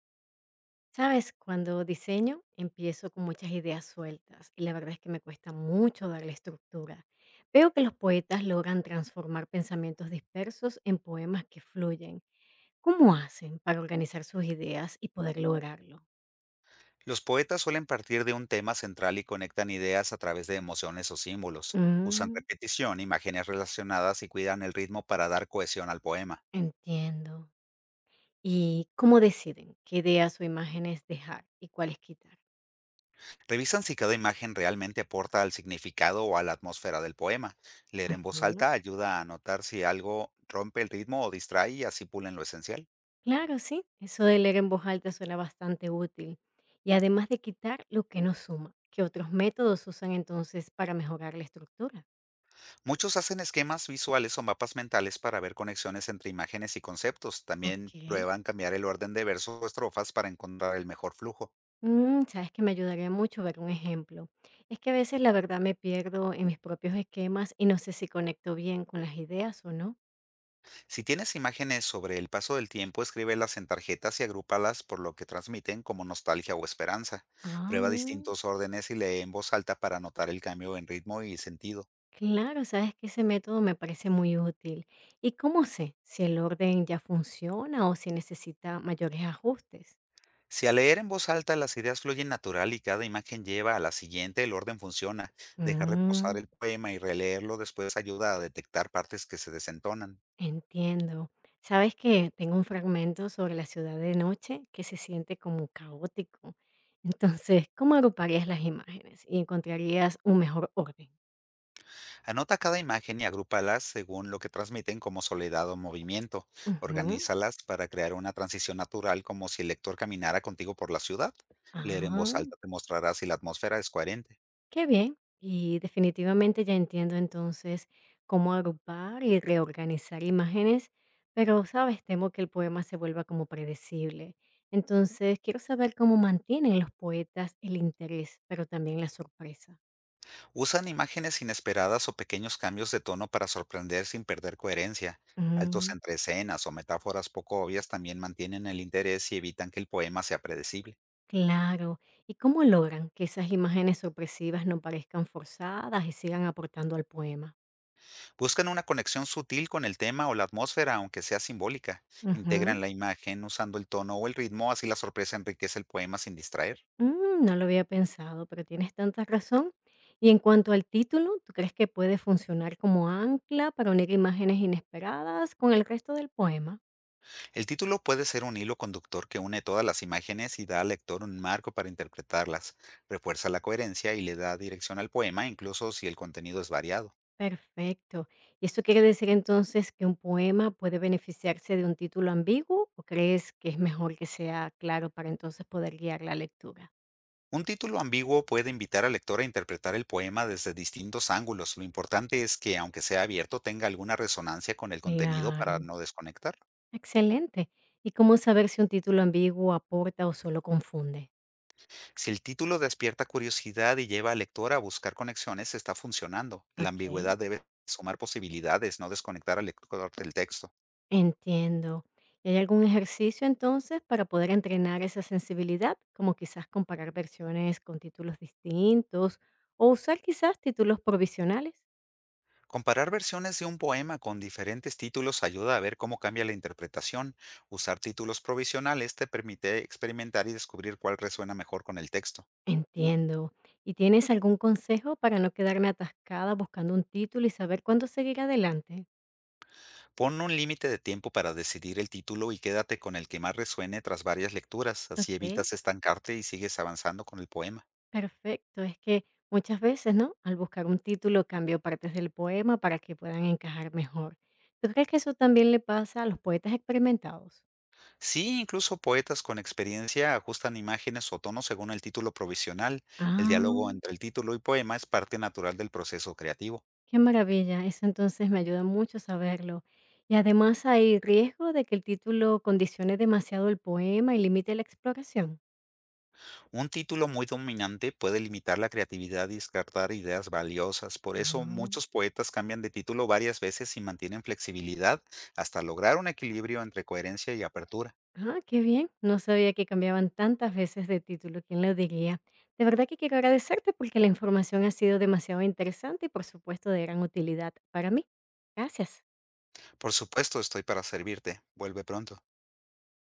Sabes, cuando diseño empiezo con muchas ideas sueltas y la verdad es que me cuesta mucho darle estructura. Veo que los poetas logran transformar pensamientos dispersos en poemas que fluyen. ¿Cómo hacen para organizar sus ideas y poder lograrlo? Los poetas suelen partir de un tema central y conectan ideas a través de emociones o símbolos. Usan Mm, repetición, imágenes relacionadas y cuidan el ritmo para dar cohesión al poema. entiendo. ¿Y cómo deciden qué ideas o imágenes dejar y cuáles quitar? Revisan si cada imagen realmente aporta al significado o a la atmósfera del poema. Leer en voz alta ayuda a notar si algo rompe el ritmo o distrae, y así pulen lo esencial. Claro, sí, eso de leer en voz alta suena bastante útil. Y además de quitar lo que no suma, ¿qué otros métodos usan entonces para mejorar la estructura? Muchos hacen esquemas visuales o mapas mentales para ver conexiones entre imágenes y conceptos. Ok. También prueban cambiar el orden de versos o estrofas para encontrar el mejor flujo. Sabes que me ayudaría mucho ver un ejemplo. Es que a veces la verdad me pierdo en mis propios esquemas y no sé si conecto bien con las ideas o no. Si tienes imágenes sobre el paso del tiempo, escríbelas en tarjetas y agrúpalas por lo que transmiten, como nostalgia o esperanza. Ah. Prueba distintos órdenes y lee en voz alta para notar el cambio en ritmo y sentido. Claro, sabes que ese método me parece muy útil. ¿Y cómo sé si el orden ya funciona o si necesita mayores ajustes? Si al leer en voz alta las ideas fluyen natural y cada imagen lleva a la siguiente, el orden funciona. Dejar reposar Mm. el poema y releerlo después ayuda a detectar partes que se desentonan. Entiendo. ¿Sabes que tengo un fragmento sobre la ciudad de noche que se siente como caótico? Entonces, ¿cómo agruparías las imágenes y encontrarías un mejor orden? Anota cada imagen y agrúpalas según lo que transmiten, como soledad o movimiento. Ujú. Organízalas para crear una transición natural, como si el lector caminara contigo por la ciudad. Leer en voz Ah, alta te mostrará si la atmósfera es coherente. qué bien. Y definitivamente ya entiendo entonces cómo agrupar y reorganizar imágenes, pero, ¿sabes? Temo que el poema se vuelva como predecible. Entonces, quiero saber cómo mantienen los poetas el interés, pero también la sorpresa. Usan imágenes inesperadas o pequeños cambios de tono para sorprender sin perder coherencia. Saltos Mm. entre escenas o metáforas poco obvias también mantienen el interés y evitan que el poema sea predecible. Claro. ¿Y cómo logran que esas imágenes sorpresivas no parezcan forzadas y sigan aportando al poema? Buscan una conexión sutil con el tema o la atmósfera, aunque sea simbólica. Ujú. Integran la imagen usando el tono o el ritmo, así la sorpresa enriquece el poema sin distraer. No lo había pensado, pero tienes tanta razón. Y en cuanto al título, ¿tú crees que puede funcionar como ancla para unir imágenes inesperadas con el resto del poema? El título puede ser un hilo conductor que une todas las imágenes y da al lector un marco para interpretarlas. Refuerza la coherencia y le da dirección al poema, incluso si el contenido es variado. Perfecto. ¿Y eso quiere decir entonces que un poema puede beneficiarse de un título ambiguo o crees que es mejor que sea claro para entonces poder guiar la lectura? Un título ambiguo puede invitar al lector a interpretar el poema desde distintos ángulos. Lo importante es que, aunque sea abierto, tenga alguna resonancia con el contenido para Claro. no desconectar. Excelente. ¿Y cómo saber si un título ambiguo aporta o solo confunde? Si el título despierta curiosidad y lleva al lector a buscar conexiones, está funcionando. La Ok. ambigüedad debe sumar posibilidades, no desconectar al lector del texto. Entiendo. ¿Y hay algún ejercicio entonces para poder entrenar esa sensibilidad? Como quizás comparar versiones con títulos distintos o usar quizás títulos provisionales. Comparar versiones de un poema con diferentes títulos ayuda a ver cómo cambia la interpretación. Usar títulos provisionales te permite experimentar y descubrir cuál resuena mejor con el texto. Entiendo. ¿Y tienes algún consejo para no quedarme atascada buscando un título y saber cuándo seguir adelante? Pon un límite de tiempo para decidir el título y quédate con el que más resuene tras varias lecturas, así Ok. evitas estancarte y sigues avanzando con el poema. Perfecto, es que muchas veces, ¿no? Al buscar un título cambio partes del poema para que puedan encajar mejor. ¿Tú crees que eso también le pasa a los poetas experimentados? Sí, incluso poetas con experiencia ajustan imágenes o tonos según el título provisional. El Ah, diálogo entre el título y poema es parte natural del proceso creativo. qué maravilla, eso entonces me ayuda mucho saberlo. Y además hay riesgo de que el título condicione demasiado el poema y limite la exploración. Un título muy dominante puede limitar la creatividad y descartar ideas valiosas. Por eso Ah. muchos poetas cambian de título varias veces y mantienen flexibilidad hasta lograr un equilibrio entre coherencia y apertura. Ah, qué bien. No sabía que cambiaban tantas veces de título, ¿quién lo diría? De verdad que quiero agradecerte porque la información ha sido demasiado interesante y por supuesto de gran utilidad para mí. Gracias. Por supuesto, estoy para servirte. Vuelve pronto.